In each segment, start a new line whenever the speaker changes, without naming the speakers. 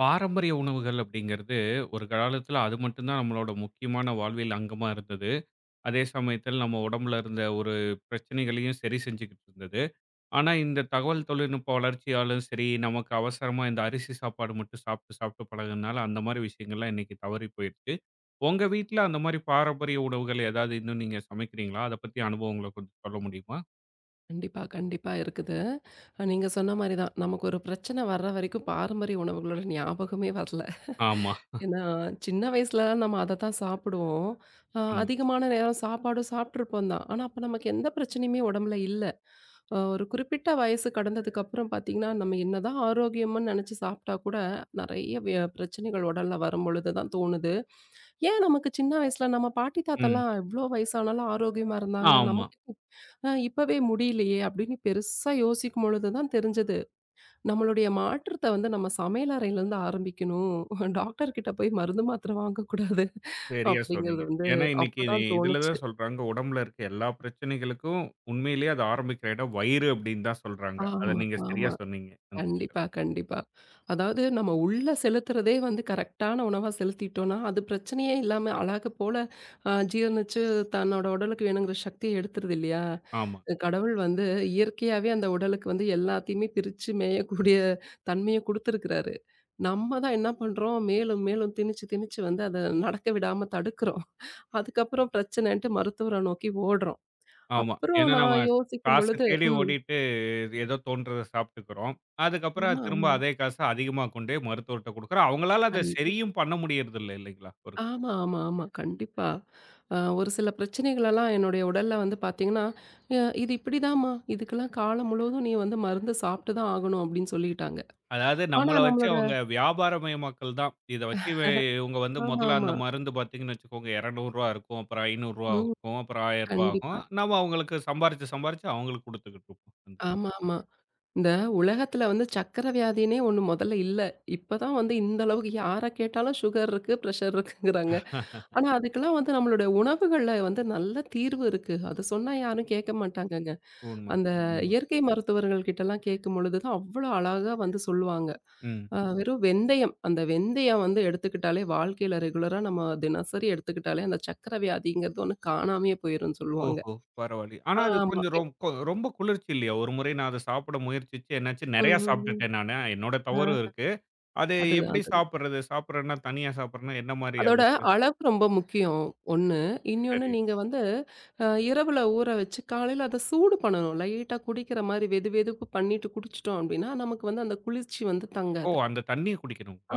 பாரம்பரிய உணவுகள் அப்படிங்கிறது ஒரு காலத்துல அது மட்டும்தான் நம்மளோட முக்கியமான வாழ்வியல் அங்கமா இருந்தது. அதே சமயத்தில் நம்ம உடம்புல இருந்த ஒரு பிரச்சனைகளையும் சரி செஞ்சுக்கிட்டு இருந்தது. ஆனா இந்த தகவல் தொழில்நுட்ப வளர்ச்சியாலும் சரி, நமக்கு அவசரமா இந்த அரிசி சாப்பாடு மட்டும் சாப்பிட்டு சாப்பிட்டு பழகுனனால அந்த மாதிரி விஷயங்கள்லாம் இன்னைக்கு தவறி போயிருச்சு. உங்க வீட்ல அந்த மாதிரி பாரம்பரிய உணவுகள் ஏதாவது இன்னும் நீங்க சமைக்கிறீங்களா? அத பத்தி அனுபவங்கள கொஞ்சம் சொல்ல முடியுமா?
கண்டிப்பா, கண்டிப்பா இருக்குது. நீங்க சொன்ன மாரி தான். நமக்கு ஒரு பிரச்சனை வர்ற வரைக்கும் பாரம்பரிய உணவுகளோட ஞாபகமே வரல.
ஆமா.
ஏன்னா, சின்ன வயசுல நம்ம அதத்தான் சாப்பிடுவோம்.
ம்.
அதிகமான நேரம் சாப்பாடும் சாப்பிட்டுருப்போம் தான். ஆனா, அப்ப நமக்கு எந்த பிரச்சனையுமே உடம்புல இல்ல. ஒரு குறிப்பிட்ட வயசு கடந்ததுக்கு அப்புறம் பார்த்தீங்கன்னா, நம்ம என்னதான் ஆரோக்கியம்ன்னு நெனச்சு சாப்பிட்டா கூட, நெறைய பிரச்சனைகள் உடல்ல வரும்பொழுது தான் தோணுது. ஏன் நமக்கு சின்ன வயசுல நம்ம பாட்டி
ம்.
தாத்தாலாம் எவ்ளோ வயசானாலும் ஆரோக்கியமா இருந்தாங்க.
ஆமா.
நமக்கு இப்பவே முடியலையே அப்படின்னு பெருசா யோசிக்கும் பொழுது தான் தெரிஞ்சது. நம்மளுடைய மாற்றத்த வந்து நம்ம சமையல் அறையிலேருந்து ஆரம்பிக்கணும். டாக்டர் கிட்ட போய் மருந்து மாத்திரை வாங்கக்கூடாது
சரியா
அப்படிங்கிறது
சொன்னீங்க.
வந்து
ஏன்னா, இன்னைக்கு
அப்பதான்
இதுல
தோணுச்சு.
தான் சொல்றாங்க, உடம்புல இருக்க எல்லா பிரச்சனைகளுக்கும் உண்மையிலேயே அது ஆரம்பிக்கிற இடம் வயிறு அப்படின்னு தான் சொல்றாங்க. அத
ஆமா,
நீங்க சரியா
ஆமா.
சொன்னீங்க. ம்.
கண்டிப்பா, கண்டிப்பா. அதாவது நம்ம உள்ள செலுத்துறதே வந்து கரெக்ட்டான உணவா செலுத்திட்டோம்னா, அது பிரச்சனையே இல்லாம அழகு போல ஜீரணிச்சு தன்னோட உடலுக்கு வேணுங்கிற சக்திய எடுத்துருது இல்லையா?
ஆமா,
கடவுள் வந்து இயற்கையாவே அந்த உடலுக்கு வந்து எல்லாத்தையுமே பிரிச்சு மேயக்கூடிய தன்மைய குடுத்துருக்கிறாரு. நம்ம தான் என்ன பண்றோம், மேலும் மேலும் திணிச்சு திணிச்சு வந்து அத நடக்க விடாம தடுக்கிறோம். அதுக்கப்புறம் பிரச்சனைன்ட்டு மருத்துவர நோக்கி ஓடுறோம்.
ஆமா.
அப்புறம்
ஏன்னா நம்ம
நான் யோசிக்கும்
காச
பொழுது
தேடி
ம்.
ஓடிட்டு ஏதோ தோன்றத சாப்பிட்டுக்கிறோம். அதுக்கப்புறம்
ஆமா,
அது திரும்ப
ஆமா.
அதே காச அதிகமா கொண்டு போய் மருத்துவர்ட்ட குடுக்குறோம். அவங்களால அத
கண்டிப்பா.
சரியும் பண்ண முடியறதில்ல இல்லைங்களா? ஒரு
ஆமா, ஆமா, ஆமா. கண்டிப்பா. ஒரு சில பிரச்சனைகளெல்லாம் என்னுடைய உடல்ல வந்து பார்த்தீங்கன்னா, "அ இது இப்படிதாம்மா. இதுக்கெல்லாம் காலம் முழுவதும் நீ வந்து மருந்து சாப்பிட்டு தான் ஆகணும்." அப்படின்னு சொல்லிட்டாங்க.
அதாவது
ஆனா
நம்மள வச்சு
நம்மளோட
அவங்க வியாபாரமயமாக்கல் தான். இத வச்சு இவன் இவங்க வந்து
ஆமா,
முதல்ல அந்த
ஆமா.
மருந்து பார்த்தீங்கன்னு வச்சுக்கோங்க ரூ. 200 இருக்கும். அப்புறம் ரூ. 500
ம்.
ஆகும். அப்புறம் ரூ. 1,000 ஆகும்.
கண்டிப்பா.
நம்ம அவங்களுக்கு சம்பாரிச்சு, சம்பாரிச்சு அவங்களுக்கு குடுத்துக்கிட்டு இருப்போம்.
ஆமா, ஆமா. இந்த உலகத்துல வந்து சர்க்கரை வியாதின்னே ஒண்ணு முதல்ல இல்ல. இப்ப தான் வந்து இந்த அளவுக்கு யார கேட்டாலும் சுகர் இருக்கு, பிரஷர் இருக்குங்கிறாங்க. ஆனா அதுக்கெல்லாம் வந்து நம்மளுடைய உணவுகள்ல வந்து நல்ல தீர்வு இருக்கு. அது சொன்னா யாரும் கேட்க மாட்டாங்கங்க.
உண்ம,
அந்த
உண்ம.
இயற்கை மருத்துவர்கள் கிட்டலாம் கேட்கும்பொழுது தான் அவ்வளோ அழகா வந்து சொல்லுவாங்க.
ம்.
வெறும் வெந்தயம், அந்த வெந்தயம் வந்து எடுத்துக்கிட்டாலே வாழ்க்கையில ரெகுலரா நம்ம தினசரி எடுத்துக்கிட்டாலே அந்த சர்க்கரை வியாதிங்கிறது ஒண்ணு காணாமயே போயிரும்ன்னு சொல்லுவாங்க.
ஓஹோ! பரவாயில்லை. ஆனா அது
ஆமா.
கொஞ்சம் ரொம்ப குளிர்ச்சி இல்லையா? ஒரு முறை நான் அத சாப்பிட முயற்சிச்சு என்னாச்சு,
ம்,
நெறையா
ம், ம்.
சாப்பிட்டுட்டேன் நானு. என்னோட தவறும்
ஆ
இருக்கு. அது
அதுதான்,
எப்படி
அதுதான்.
சாப்பிடுறது? சாப்பிடுறேன்னா தனியா சாப்பிடுறேன்னா என்ன மாரி
அதோட
அது?
அளவு ரொம்ப முக்கியம், ஒண்ணு. இன்னொன்னு
சரி.
நீங்க வந்து இரவுல ஊற வச்சு காலையில அத சூடு பண்ணணும். லைட்டா குடிக்கிற மாரி வெது வெதுப்பு பண்ணிட்டு குடிச்சிட்டோம் அப்படின்னா, நமக்கு வந்து அந்த குளிர்ச்சி வந்து
ஓ!
தங்காது.
அந்த தண்ணிய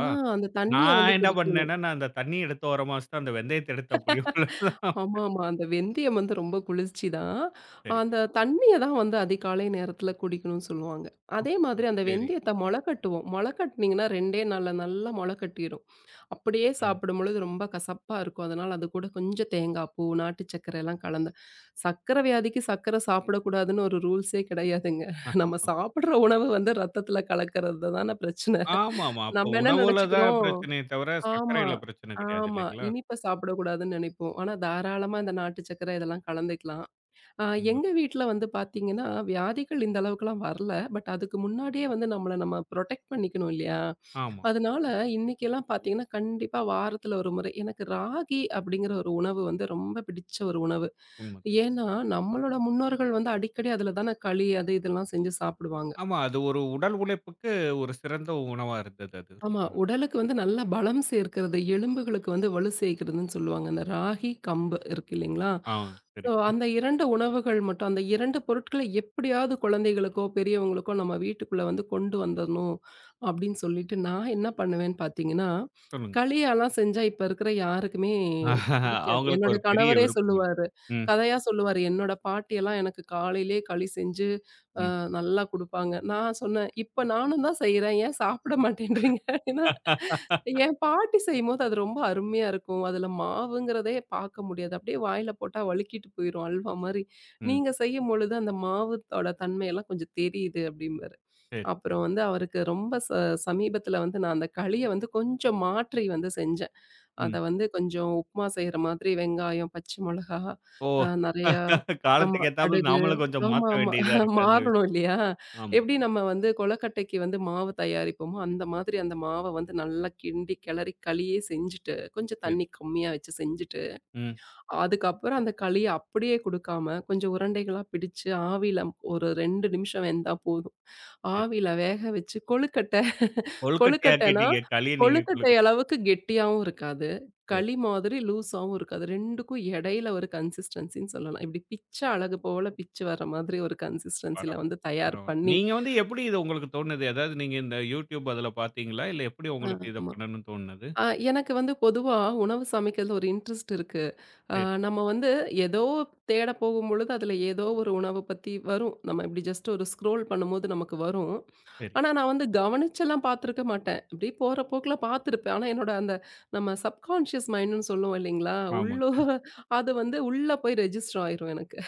ஆ அந்த தண்ணிய வந்து
நான் என்ன
குடிக்கணும்.
பண்ணேன்னா, நான் அந்த தண்ணீய எடுத்து ஓரமா வச்சுட்டு, அந்த வெந்தயத்த எடுத்து அப்படியே உள்ள தான்
ஆமாமா. அந்த வெந்தயம் வந்து ரொம்ப குளிர்ச்சி தான்.
சரி,
அந்த தண்ணிய தான் வந்து அதிகாலை நேரத்தில குடிக்கணும்னு சொல்லுவாங்க.
உப்
அதே மாதிரி அந்த
சரி.
வெந்தயத்த மொள கட்டுவோம். மொள கட்டினீங்கன்னா 2டே நாள்ல நல்லா மொள கட்டிரும். அப்படியே
ம்.
சாப்பிடும்பொழுது ரொம்ப கசப்பா இருக்கும். அதனால அது கூட கொஞ்சம் தேங்காய் பூ, நாட்டு சர்க்கரை எல்லாம் கலந்து சர்க்கரை வியாதிக்கு சர்க்கரை சாப்பிடக்கூடாதுன்னு ஒரு ரூல்ஸே கிடையாதுங்க. நம்ம சாப்பிடுற உணவு வந்து ரத்தத்தில கலக்கிறது தான பிரச்சனை.
ஆமாமா. அப்ப
நம்ம என்ன
உணவுல தான்
நெனச்சுக்கிறோம்
பிரச்சனையே தவிர,
ஆமா,
சர்க்கரையில பிரச்சனை கிடையாது
ஆமா.
இல்லைங்களா?
இனிப்ப சாப்பிடக்கூடாதுன்னு நெனைப்போம். ஆனா தாராளமா இந்த நாட்டு சர்க்கரை இதெல்லாம் கலந்துக்கலாம். அ
உண்ம.
எங்க வீட்ல வந்து பார்த்தீங்கன்னா, வியாதிகள் இந்த அளவுக்குலாம் வரல. பட் அதுக்கு முன்னாடியே வந்து நம்ம புரொடெக்ட் பண்ணிக்கணும் இல்லையா?
ஆமா,
அதனால இன்னைக்கெல்லாம் பார்த்தீங்கன்னா, கண்டிப்பா வாரத்துல ஒரு முறை எனக்கு ராகி அப்படிங்கிற ஒரு உணவு வந்து ரொம்ப பிடிச்ச ஒரு உணவு.
உண்ம.
ஏன்னா, நம்மளோட முன்னோர்கள் வந்து அடிக்கடி அதுல தானே களி அது இதெல்லாம் செஞ்சு சாப்பிடுவாங்க.
ஆமா, அது ஒரு உடல் உழைப்புக்கு ஒரு சிறந்த உணவா இருந்தது அது. ரொம்ப
ஆமா.
நல்
உடலுக்கு வந்து நல்ல பலம் சேர்க்கிறது, எலும்புகளுக்கு வந்து வலு சேர்க்கிறதுன்னு சொல்லுவாங்க. அந்த ராகி, கம்பு இருக்கு இல்லைங்களா?
ஆ
ஸோ
சரிங்க.
அந்த 2 உணவுகள் மட்டும் அந்த 2 பொருட்கள எப்படியாவது குழந்தைகளுக்கோ, பெரியவங்களுக்கோ நம்ம வீட்டுக்குள்ள வந்து கொண்டு வந்துரணும் அப்படின்னு சொல்லிட்டு, நான் என்ன பண்ணுவேன்னு பார்த்தீங்கன்னா,
சொல்லுங்க.
களியாலாம் செஞ்சா இப்ப இருக்கிற யாருக்குமே பிடிக்காது.
அவங்களுக்கு
என்னோட
ஒரு பெரிய
கணவரே
விருப்பம் இருக்கு.
சொல்லுவாரு.
ம்,
கதையா சொல்லுவாரு. என்னோட பாட்டியெல்லாம் எனக்கு காலையிலேயே களி செஞ்சு, அ
ம்.
நல்லா குடுப்பாங்க. நான் சொன்னேன், "இப்ப நானும் தான் செய்றேன். ஏன் சாப்பிட மாட்டேன்றீங்க?" அப்படின்னா, என் பாட்டி செய்யும்போது அது ரொம்ப அருமையா இருக்கும். அதுல மாவுங்கிறதே பார்க்க முடியாது. அப்படியே வாயில போட்டா வழுக்கிட்டு போயிரும் அல்வா மாரி.
ம்.
நீங்க செய்யும்பொழுது அந்த மாவுத்தோட தன்மையெல்லாம் கொஞ்சம் தெரியுது அப்படிம்பாரு.
சரி.
அப்புறம் வந்து அவருக்கு ரொம்ப சமீபத்தில வந்து நான் அந்த களிய வந்து கொஞ்சம் மாற்றி வந்து செஞ்சேன். அத
ம்.
வந்து கொஞ்சம் உப்புமா செய்ற மாதிரி வெங்காயம், பச்சை மொளகா,
ஓ!
நெறையா ஆமா
காலத்துக்கு ஏத்தாப்புல
கடுகு.
நாமளும் கொஞ்சம்
ஆமா,
மாத்த
ஆமா
வேண்டியதா இருக்கு அந்த
மாறணும்
விஷயம்.
இல்லையா?
ஆமா.
எப்படி நம்ம வந்து கொழுக்கட்டைக்கு வந்து மாவு தயாரிப்போமோ, அந்த மாதிரி அந்த மாவ வந்து நல்லா கிண்டி, கிளறி களியே செஞ்சுட்டு, கொஞ்சம்
சரி.
தண்ணி கம்மியா வச்சு செஞ்சுட்டு,
ம்.
அதுக்கப்புறம் அந்த களிய அப்படியே குடுக்காம, கொஞ்சம் உருண்டைகளா பிடிச்சு ஆவியில ஒரு 2 நிமிஷம் வெந்தா போதும்.
சரி.
ஆவியில வேக வச்சு கொழுக்கட்டை கொழுக்கட்டைனா,
கொழுக்கட்டையாக்கிட்டீங்க. களிய நீங்க
கொழுக்கட்டை அளவுக்கு கெட்டியாவும் இருக்காது.
சரி.
களி மாதிரி லூஸாவும் இருக்காது. 2க்கும் இடையில ஒரு கன்சிஸ்டன்சின்னு சொல்லலாம். இப்படி பிச்ச அழகு போல பிச்சு வர மாதிரி ஒரு கன்சிஸ்டன்சில
பரவால்ல,
வந்து தயார்
பரவால்ல.
பண்ணி
நீங்க வந்து எப்படி இது உங்களுக்கு தோணுது? அதாவது நீங்க இந்த YouTube அதுல பார்த்தீங்களா? இல்ல எப்படி உங்களுக்கு இத
ஆமா.
பண்ணணும்னு தோணுனது?
அ எனக்கு வந்து பொதுவா உணவு சமைக்கிறதுல ஒரு இன்ட்ரெஸ்ட் இருக்கு. அ
சரி,
நம்ம வந்து ஏதோ தேட போகும்பொழுது அதில ஏதோ ஒரு உணவ பத்தி வரும். நம்ம இப்படி ஜஸ்ட் ஒரு ஸ்க்ரோல் பண்ணும்போது நமக்கு வரும்.
சரி.
ஆனா நான் வந்து கவனிச்செல்லாம் பார்த்துருக்க மாட்டேன். இப்படியே போற போக்குல பார்த்துருப்பேன். ஆனா என்னோட அந்த நம்ம சப்கான்ஷியஸ் மைண்ட்ன்னு சொல்லுவோம் இல்லைங்களா?
ஆமாங்க.
உள்ளூர அது வந்து உள்ள போய் ரெஜிஸ்டர் ஆயிரும் எனக்கு.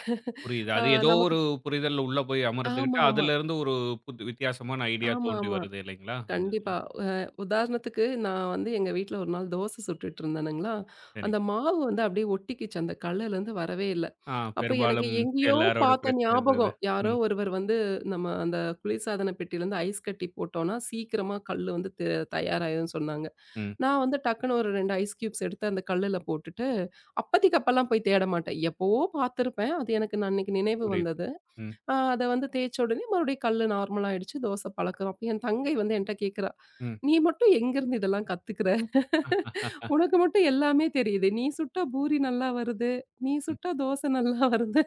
புரியுது.
அ
அது ஏதோ
நமக்கு
ஒரு புரிதல் உள்ள போய் அமர்ந்துகிட்டு,
ஆமா, ஆமா.
அதுலருந்து ஒரு புது வித்தியாசமான ஐடியா
ஆமா,
தோன்றி
ஆமா.
வருது இல்லைங்களா? அந்த இதுல.
கண்டிப்பா. அ உதாரணத்துக்கு நான் வந்து எங்க வீட்ல ஒரு நாள் தோசை சுட்டுட்டு இருந்தேனுங்களா,
சரி.
அந்த மாவு வந்து அப்படியே ஒட்டிக்கிச்சு அந்த கல்லுலேருந்து வரவே இல்ல.
ஆ
அப்போ எனக்கு
பெரும்பாலும்
எங்கேயோ
எல்லாரோட
பார்த்த
பிரச்சனை இது இது.
ஞாபகம். யாரோ
ம்,
ஒருவர் வந்து நம்ம அந்த குளிர்சாதன பெட்டியிலேருந்து ஐஸ் கட்டி போட்டோம்னா, சீக்கிரமா கல்லு வந்து தயாராயிரும்னு சொன்னாங்க.
ம்.
நான் வந்து டக்குனு ஒரு 2 ஐஸ் கியூப்ஸ் எடுத்து அந்த கல்லுல போட்டுட்டு, அப்பதைக்கு அப்பலாம் போய் தேட மாட்டேன். எப்பவோ பார்த்துருப்பேன். அது எனக்கு நான் அன்னைக்கு நினைவு
புரியுது.
வந்தது.
ம்,
அத வந்து தேய்ச்ச உடனே மறுபடியும் கல்லு நார்மல் ஆயிடுச்சு. தோசை பழக்கம். அப்ப என் தங்கை வந்து என்ட்ட கேட்கிறா,
ம்.
"நீ மட்டும் எங்கேருந்து இதெல்லாம் கத்துக்கிற? உனக்கு மட்டும் எல்லாமே தெரியுதே. நீ சுட்டா பூரி நல்லா வருது. நீ
ம்.
சுட்டா தோசை நல்லா வருது."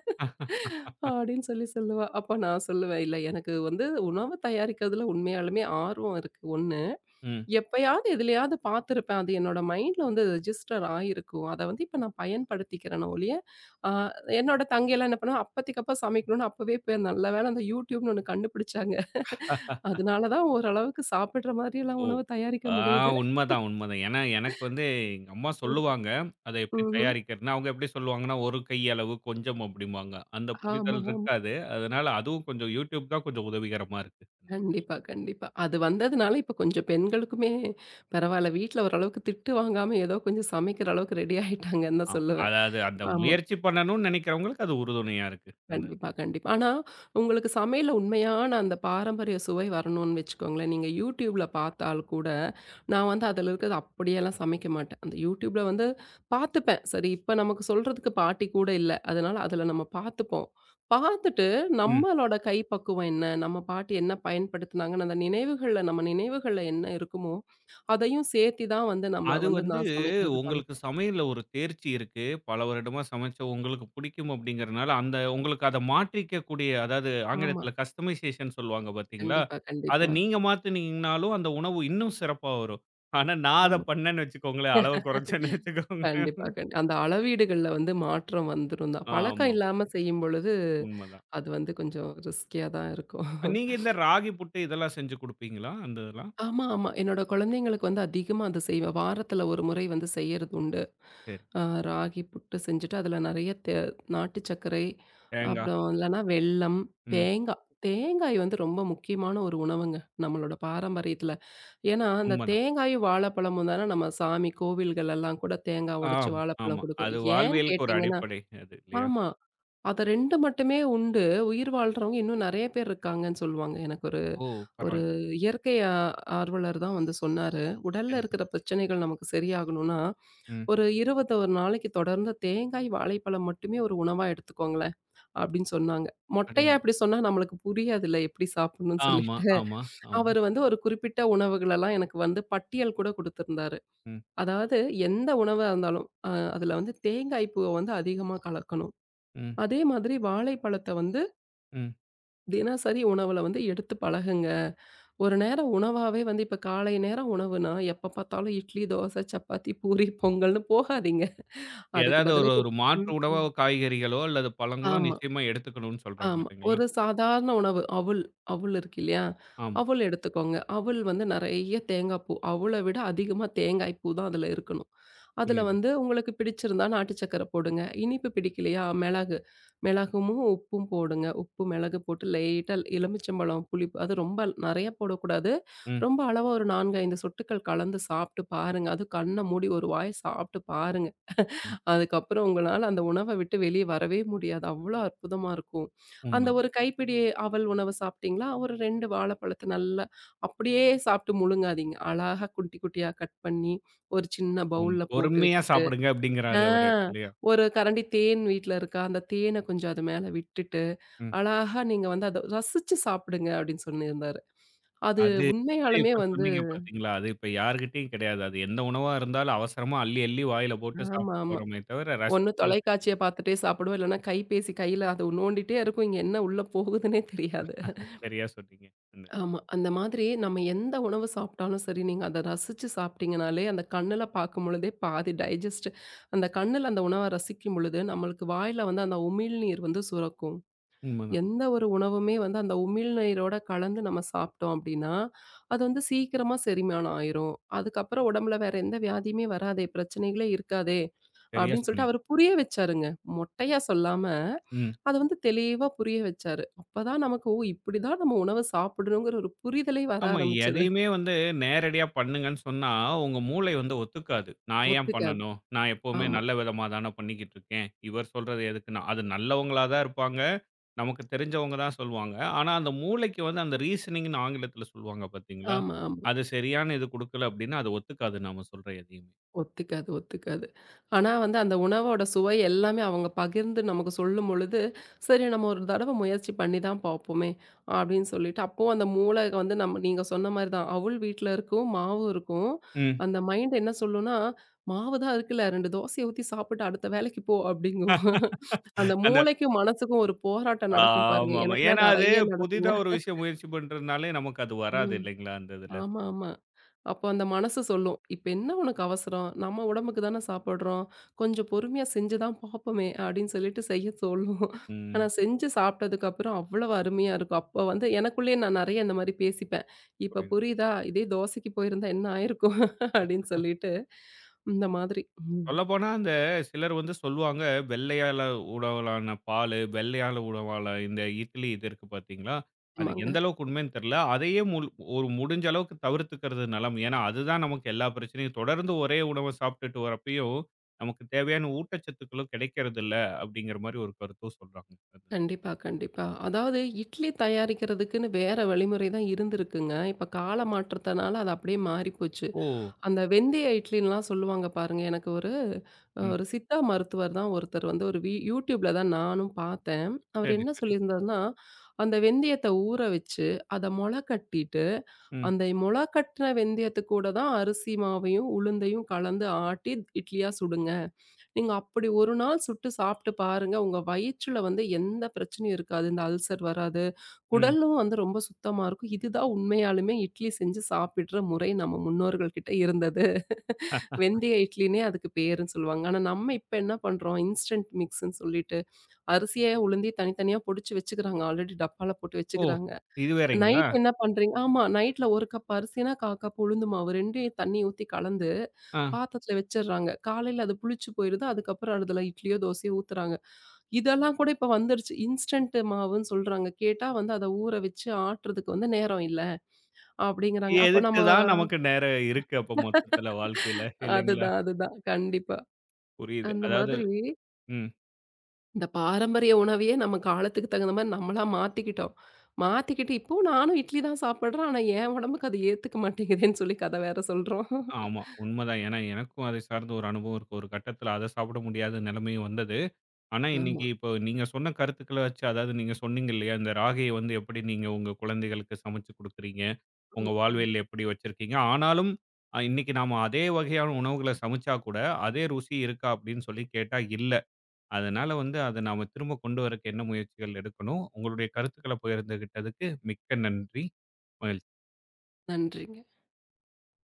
அப்படின்னு சொல்லி சொல்லுவா. அப்ப நான் சொல்லுவேன், "இல்ல எனக்கு வந்து உணவு தயாரிக்கிறதுல உண்மையாலுமே ஆர்வம் இருக்கு. ஒண்ணு.
ம்.
எப்பயாவது எதுலயாவது பார்த்துருப்பேன். அது என்னோட மைண்ட்ல வந்து ரெஜிஸ்டர் ஆயிருக்கும். அத வந்து இப்ப நான் பயன்படுத்திக்கிறேனே ஒழிய, ஆ என்னோட தங்கைலாம் என்ன பண்ணுவா, அப்பதைக்கப்ப சமைக்கணும்னு அப்பவே போய் நல்ல வேளை அந்த YouTubeன்னு ஒண்ணு கண்டுபிடிச்சாங்க. அதனால தான் ஓரளவுக்கு சாப்பிடுற மாதிரியெல்லாம்
ஓ!
உணவு தயாரிக்க
ஆ
முடியுது.
உண்மதான், உண்மதான். ஏன்னா, எனக்கு வந்து எங்க அம்மா
ம்.
சொல்லுவாங்க. அத எப்படி
ம்ஹ்ம்.
தயாரிக்கிறதுன்னு. அவங்க எப்படி சொல்லுவாங்கன்னா, "ஒரு கையளவு கொஞ்சம்" அப்படிம்பாங்க. அந்த
ஆமா,
புரிதல்
ஆமா.
இருக்காது. அதனால அதுவும் கொஞ்சம் YouTube தான் கொஞ்சம் உதவிகரமா இருக்கு.
கண்டிப்பா, கண்டிப்பா. அது வந்ததுனால இப்ப கொஞ்சம் பெண்களுக்குமே பரவால்ல. வீட்ல ஓரளவுக்கு திட்டு வாங்காம ஏதோ கொஞ்சம் சமைக்கிற அளவுக்கு ரெடி ஆயிட்டாங்கன்னு
ஆ
தான் சொல்லுவேன்.
அதாவது அந்த
ஆமா.
முயற்சி பண்ணணும்னு நெனைக்கிறவங்களுக்கு அது உறுதுணையா இருக்கு.
கண்டிப்பா, கண்டிப்பா. ஆனா, உங்களுக்கு சமையல்ல உண்மையான அந்த பாரம்பரிய சுவை வரணும்னு வச்சுக்கோங்களேன். நீங்க YouTubeல பார்த்தால் கூட, நான் வந்து அதில இருக்கிறத அப்படியெல்லாம் சமைக்க மாட்டேன். அந்த YouTubeல வந்து பார்த்துப்பேன். சரி, இப்ப நமக்கு சொல்றதுக்கு பாட்டி கூட இல்ல. அதனால அதில நம்ம பார்த்துப்போம். பார்த்துட்டு
அந்த
நம்மளோட கைப்பக்குவம் என்ன? நம்ம பாட்டி என்ன பயன்படுத்துனாங்கன்னு அந்த நினைவுகள்ல நம்ம நினைவுகள்ல என்ன இருக்குமோ, அதையும் சேர்த்தி தான் வந்து நம்ம
அது
வந்து
வந்து
நான் சமைக்கிறது
உங்களுக்கு
பழக்கம்.
சமையல்ல ஒரு தேர்ச்சி இருக்கு. பல வருடமா சமைச்ச உங்களுக்கு பிடிக்கும் அப்படிங்கிறனால, அந்த உங்களுக்கு அத மாற்றிக்கக்கூடிய அதாவது
ஆமா.
ஆங்கிலத்தில கஸ்டமைசேஷன் சொல்லுவாங்க பார்த்தீங்களா?
கண்டிப்பா,
அத
கண்டிப்பா.
நீங்க மாத்துனீங்கனாலும் அந்த உணவு இன்னும் சிறப்பா வரும். ஆனா நான் அத
ஆமா.
பண்ணேன்னு வச்சுக்கோங்களேன், அளவ குறைச்சேன்னு வச்சுக்கோங்க.
கண்டிப்பா, கண் அந்த அளவீடுகள்ல வந்து மாற்றம் வந்துரும் தான். பழக்கம்
ஆமாம்.
இல்லாம செய்யும் பொழுது,
உண்மதான்.
அது வந்து கொஞ்சம் ரிஸ்கியா தான் இருக்கும்.
நீங்க இந்த ராகி புட்டு இதெல்லாம் செஞ்சு குடுப்பீங்களா? அந்த இதெல்லாம்?
ஆமா, ஆமா. என்னோட குழந்தைங்களுக்கு வந்து அதிகமா அது செய்வேன். வாரத்துல ஒரு முறை வந்து செய்யறது உண்டு.
சரி.
அ ராகி புட்டு செஞ்சுட்டு, அதுல நெறைய நாட்டு சர்க்கரை,
தேங்கா.
அப்புறம் இல்லன்னா வெல்லம்,
ம்.
தேங்காய். தேங்காய் வந்து ரொம்ப முக்கியமான ஒரு உணவுங்க, நம்மளோட பாரம்பரியத்துல. ஏன்னா, அந்த
உண்மதான்.
தேங்காயும் வாழைப்பழமும் தானே நம்ம சாமி கோவில்கள் எல்லாம் கூட தேங்காய் உடைச்சு
ஆமா, ஆமா.
வாழைப்பழம்
அது
குடுக்குறோம். ஏன்னு
வாழ்வியலுக்கு ஒரு
கேட்டீங்கன்னா
அடிப்படை அது இல்லையா?
ஆமா. அத 2 மட்டுமே உண்டு. உயிர் வாழ்றவங்க இன்னும் நெறைய பேர் இருக்காங்கன்னு சொல்லுவாங்க. எனக்கு ஒரு
ஓ!
ஒரு
பரவாயில்ல.
இயற்கை ஆர்வலர் தான் வந்து சொன்னாரு. உடல்ல
சரிங்க.
இருக்கிற பிரச்சனைகள் நமக்கு சரியாகணும்னா,
ம்.
ஒரு 21 நாளைக்கு தொடர்ந்து தேங்காய், வாழைப்பழம் மட்டுமே ஒரு உணவா எடுத்துக்கோங்களேன், அப்டின்னு சொன்னாங்க. மொட்டையா
அடேங்க
இப்டி சொன்னா நம்மளுக்கு புரியாதுல்ல எப்டி சாப்பிடணும்னு
ஆமா,
சொல்லிட்டு,
ஆமா, ஆமா.
அவரு வந்து ஒரு குறிப்பிட்ட உணவுகளெல்லாம் எனக்கு வந்து பட்டியல் கூட குடுத்திருந்தாரு.
ம்,
அதாவது எந்த உணவா இருந்தாலும், அதுல வந்து தேங்காய் பூவ வந்து அதிகமா கலக்கணும்.
ம்,
அதே மாதிரி வாழைப்பழத்த வந்து
ம்.
தினசரி உணவுல வந்து எடுத்து பழகுங்க. ஒரு நேரம் உணவாவே வந்து இப்ப காலை நேரம் உணவுனா, எப்ப பார்த்தாலும் இட்லி, தோசை, சப்பாத்தி, பூரி, பொங்கல்னு போகாதீங்க. அதுக்கு
ஏதாவது ஒரு
பதிலா இப்போ
ஒரு மாற்று
ம்.
உணவோ,
ம்.
காய்கறிகளோ அல்லது பழங்களோ
ஆமா.
நிச்சயமா எடுத்துக்கணும்னு சொல்றாங்க
ஆமா.
இல்லைங்களா?
ஒரு சாதாரண உணவு. அவுல் அவுல் இருக்கு இல்லையா?
ஆமா,
அவுல் எடுத்துக்கோங்க. அவுல் வந்து நெறைய தேங்காய் பூ. அவுல விட அதிகமா தேங்காய் பூ தான் அதுல இருக்கணும். அதுல
புரியுது.
வந்து உங்களுக்கு பிடிச்சிருந்தா நாட்டு சர்க்கரை போடுங்க. இனிப்பு பிடிக்கலையா? மிளகு. மிளகும், உப்பும் போடுங்க. உப்பு, மிளகு போட்டு லைட்டா எலுமிச்சம்பழம், புளிப்பு அது ரொம்ப நெறைய போடக்கூடாது.
ம்,
ரொம்ப அளவா ஒரு 4, 5 சொட்டுக்கள் கலந்து சாப்பிட்டு பாருங்க. அதுவும் கண்ண மூடி ஒரு வாய் சாப்பிட்டு பாருங்க.
ம்.
அதுக்கப்புறம் உங்களால அந்த உணவ விட்டு வெளிய வரவே முடியாது. அவ்ளோ அற்புதமா இருக்கும். அந்த
உண்மதான்.
ஒரு கைப்பிடி அவல் உணவு சாப்பிட்டீங்களா, ஒரு 2 வாழைப்பழத்த நல்லா அப்படியே சாப்பிட்டு முழுங்காதீங்க. அழகா குட்டி குட்டியா கட் பண்ணி, ஒரு சின்ன
ம்.
பவுல்ல போட்டு
பொறுமையா
வச்சுட்டு,
சாப்பிடுங்க அப்படிங்கிறாரு
ஆ
அவரு இல்லையா?
ஒரு கரண்டி தேன் வீட்ல இருக்கா, அந்த தேன கொஞ்சம் அது மேல விட்டுட்டு,
ம்.
அழகா நீங்க வந்து அத ரசிச்சு சாப்பிடுங்க அப்படின்னு சொல்லியிருந்தாரு. அது
அது வந்து
உண்மையாலுமே
இப்ப
வந்து
சொன்னீங்க பார்த்தீங்களா? அது இப்ப யார்கிட்டயும் கிடையாது. அது எந்த உணவா இருந்தாலும் அவசரமா அள்ளி, அள்ளி வாயில போட்டு சாப்பிட்டு
ஆமாமா.
போறோமே தவிர, ரசிச்சு
ஒண்ணு
ருசிச்சு
தொலைக்காட்சிய பார்த்துட்டே சாப்பிடுவோம். இல்லன்னா கைபேசி கையில அது நோண்டிட்டே இருக்கும். இங்க என்ன உள்ள போகுதுன்னே தெரியாது.
சரியா சொன்னீங்க. அந்த
ஆமா. அந்த மாதிரி நம்ம எந்த உணவு சாப்பிட்டாலும் சரி, நீங்க அத ரசிச்சு சாப்பிட்டீங்கனாலே, அந்த கண்ணுல பார்க்கும்பொழுதே பாதி டைஜஸ்ட் அந்த கண்ணுல அந்த உணவ ரசிக்கும் பொழுது, நம்மளுக்கு வாயில வந்து அந்த உமிழ்நீர் வந்து சுரக்கும்.
உண்மதான்.
எந்த ஒரு உணவுமே வந்து அந்த உமிழ்நீரோட கலந்து நம்ம சாப்பிட்டோம் அப்படின்னா, அது வந்து சீக்கிரமா செரிமானம் ஆயிரும். அதுக்கப்புறம் உடம்புல வேற எந்த வியாதியுமே வராதே, பிரச்சனைகளே இருக்காதே
சரியா
அப்படின்னு சொல்லிட்டு
சொன்னீங்க.
அவரு புரிய வச்சாருங்க. மொட்டையா சொல்லாம,
ம்.
அத வந்து தெளிவா புரிய வச்சாரு. அப்பதான் நமக்கு ஓ! இப்படிதான் நம்ம உணவு சாப்பிடணுங்கிற ஒரு புரிதலே வர
ஆமா.
ஆரம்பிச்சது.
எதையுமே வந்து நேரடியா பண்ணுங்கன்னு சொன்னா, உங்க மூளை வந்து ஒத்துக்காது. நான் ஏன்
ஒத்துக்காது.
பண்ணணும்? நான் எப்பவுமே
ஆமா,
நல்ல விதமா தான பண்ணிக்கிட்டு இருக்கேன். இவர் சொல்றது எதுக்குன்னா, அது நல்லவங்களா தான் இருப்பாங்க. நமக்கு தெரிஞ்சவங்க தான் சொல்லுவாங்க. ஆனா, அந்த மூளைக்கு வந்து அந்த ரீசனிங்ன்னு ஆங்கிலத்தில சொல்லுவாங்க பார்த்தீங்களா?
ஆமா, ஆமா.
அது சரியான இது குடுக்கல அப்டின்னா, அது ஒத்துக்காது நாம சொல்ற எதையுமே.
ஒத்துக்காது, ஒத்துக்காது. ஆனா வந்து அந்த உணவோட சுவை எல்லாமே அவங்க பகிர்ந்து நமக்கு சொல்லும்பொழுது, சரி நம்ம ஒரு தடவ முயற்சி பண்ணி தான் பார்ப்போமே! அப்டின்னு சொல்லிட்டு, அப்பவும் அந்த மூளை வந்து நம்ம நீங்க சொன்ன மாரி தான். அவுள் வீட்ல இருக்கும், மாவு இருக்கும்.
ம்.
அந்த மைண்ட் என்ன சொல்லும்னா, "மாவு தான் இருக்குல்ல 2 தோசைய ஊத்தி சாப்பிட்டு அடுத்த வேலைக்கு போ" அப்டிங்கும். அந்த
அந்த
மூளைக்கும், மனசுக்கும் ஒரு போராட்டம் நடக்கும் பாருங்க.
ஆமாமா. ஏன்னா,
எனக்கெல்லாம்
அது
நெறைய
புதிதா
நடக்குங்க.
ஒரு விஷயம் முயற்சி பண்றதுனாலே நமக்கு அது வராது
ம்.
இல்லைங்களா? அந்த இதுல.
ஆமா, ஆமா. அப்போ அந்த மனசு சொல்லும். "இப்ப என்ன உனக்கு அவசரம்? நம்ம உடம்புக்கு தானே சாப்பிடுறோம். கொஞ்சம் பொறுமையா செஞ்சு தான் பார்ப்போமே!" அப்படின்னு சொல்லிட்டு செய்ய சொல்லும். ஆனா
ம்.
செஞ்சு சாப்பிட்டதுக்கப்புறம் அவ்வளவு அருமையா இருக்கும். அப்போ வந்து எனக்குள்ளேயே நான் நெறைய இந்த மாரி பேசிப்பேன். "இப்ப
புரியுது.
புரியுதா? இதே தோசைக்கு போயிருந்தா என்ன ஆயிருக்கும்?" அப்படின்னு சொல்லிட்டு இந்த மாதிரி. ம்.
சொல்லப்போனா அந்த சிலர் வந்து சொல்லுவாங்க, வெள்ளையால உணவலான பாலு, வெள்ளையால உணவான இந்த இட்லி இது இருக்கு பார்த்தீங்களா? அது
ஆமாங்க.
எந்த அளவுக்கு உண்மைன்னு தெரியல. அதையே ஒரு முடிஞ்ச அளவுக்கு தவிர்த்துக்கிறது நலம். ஏன்னா, அதுதான் நமக்கு எல்லா பிரச்சனையும் தொடர்ந்து ஒரே உணவ சாப்பிட்டுட்டு வரப்பயும், நமக்கு தேவையான ஊட்டச்சத்துக்களும் கிடைக்கிறதில்ல அப்படிங்கிற மாரி ஒரு கருத்தும் சொல்றாங்க. அது.
கண்டிப்பா, கண்டிப்பா. அதாவது இட்லி தயாரிக்கிறதுக்குன்னு வேற வழிமுறை தான் இருந்திருக்குங்க. இப்ப கால மாற்றத்தினால அது அப்படியே மாறிப்போச்சு.
ஓ!
அந்த வெந்தய இட்லின்லாம் சொல்லுவாங்க பாருங்க. எனக்கு ஒரு
ம்.
ஒரு சித்தா மருத்துவர் தான் ஒருத்தர் வந்து ஒரு யூடியூப்ல தான் நானும் பார்த்தேன். அவர்
சரி,
என்ன
சரி.
சொல்லியிருந்தாருன்னா, அந்த வெந்தயத்த ஊற வச்சு, அத மொள கட்டிட்டு,
ம்,
அந்த மொள கட்டின வெந்தயத்து கூட தான் அரிசி மாவையும், உளுந்தையும் கலந்து ஆட்டி இட்லியா சுடுங்க. நீங்க அப்படி ஒரு நாள் சுட்டு சாப்பிட்டு பாருங்க. உங்க வயிற்றுல வந்து எந்த பிரச்சனையும் இருக்காது. இந்த அல்சர் வராது.
ம்.
குடலும் வந்து ரொம்ப சுத்தமா இருக்கும். இதுதான் உண்மையாலுமே இட்லி செஞ்சு சாப்பிடுற முறை நம்ம முன்னோர்கள் கிட்ட இருந்தது.
அ.
வெந்தய இட்லின்னே அதுக்கு பேருன்னு சொல்லுவாங்க. ஆனா, நம்ம இப்ப என்ன பண்றோம், இன்ஸ்டன்ட் மிக்ஸ்ன்னு சொல்லிட்டு, அரிசிய உளுந்தி தனித்தனியா பொடிச்சு வச்சுக்கிறாங்க. ஆல்ரெடி டப்பால போட்டு
ஓ!
வச்சுக்கிறாங்க.
இது வேறங்களா?
நைட் என்ன பண்றீங்க ஆமா. நைட்ல 1 கப் அரிசினா 1/4 கப் உளுந்து மாவு 2யும் தண்ணி ஊத்தி கலந்து
ஆ.
பாத்திரத்துல வச்சர்றாங்க. காலையில அது புளிச்சு போயிருது. அதுக்கப்புறம் அதுல இட்லியோ, தோசையோ ஊத்துறாங்க. இதெல்லாம் கூட இப்ப வந்துருச்சு. இன்ஸ்டன்ட் மாவுன்னு சொல்றாங்க. கேட்டா வந்து அத ஊற வச்சு ஆட்டுறதுக்கு வந்து நேரம் இல்ல, அப்படிங்கிறாங்க. அப்ப
எதுக்கு
நம்ம
தான் நமக்கு நேரம் இருக்கு அப்ப மொத்தத்துல வாழ்க்கையில இல்லைங்களா?
அதுதான், அதுதான். கண்டிப்பா.
புரியுது.
அந்த
அதாவது
மாதிரி
ம்.
இந்த பாரம்பரிய உணவையே நம்ம காலத்துக்கு தகுந்த மாரி நம்மளா மாத்திக்கிட்டோம். மாத்திக்கிட்டு இப்போ நானும் இட்லி தான் சாப்பிடுறேன். ஆனா என் உடம்புக்கு அது ஏத்துக்க மாட்டேங்குதேன்னு சொல்லி கத வேற சொல்றோம்.
ஆமா. உண்மதான். ஏன்னா, எனக்கும் அதை சார்ந்த ஒரு அனுபவம் இருக்கு. ஒரு கட்டத்தில அத சாப்பிட முடியாத நிலைமையும் வந்தது. ஆனா,
ஆமா.
இன்னைக்கு இப்போ நீங்க சொன்ன கருத்துக்கள வச்சு அதாவது நீங்க சொன்னீங்க இல்லையா, இந்த ராகிய வந்து எப்படி நீங்க உங்க குழந்தைகளுக்கு சமைச்சு குடுக்குறீங்க,
ம்,
உங்க
ம்.
வாழ்வியல் எப்படி வச்சிருக்கீங்க. ஆனாலும் இன்னைக்கு நாம அதே வகையான உணவுகள சமைச்சா கூட, அதே ருசி இருக்கா அப்படின்னு சொல்லி கேட்டா இல்ல. அதனால வந்து அத நாம திரும்ப கொண்டு வரக்கு என்ன முயற்சிகள் எடுக்கணும்? உங்களுடைய கருத்துக்கள பகிர்ந்துகிட்டதுக்கு மிக்க நன்றி. மகிழ்ச்சி.
நன்றிங்க.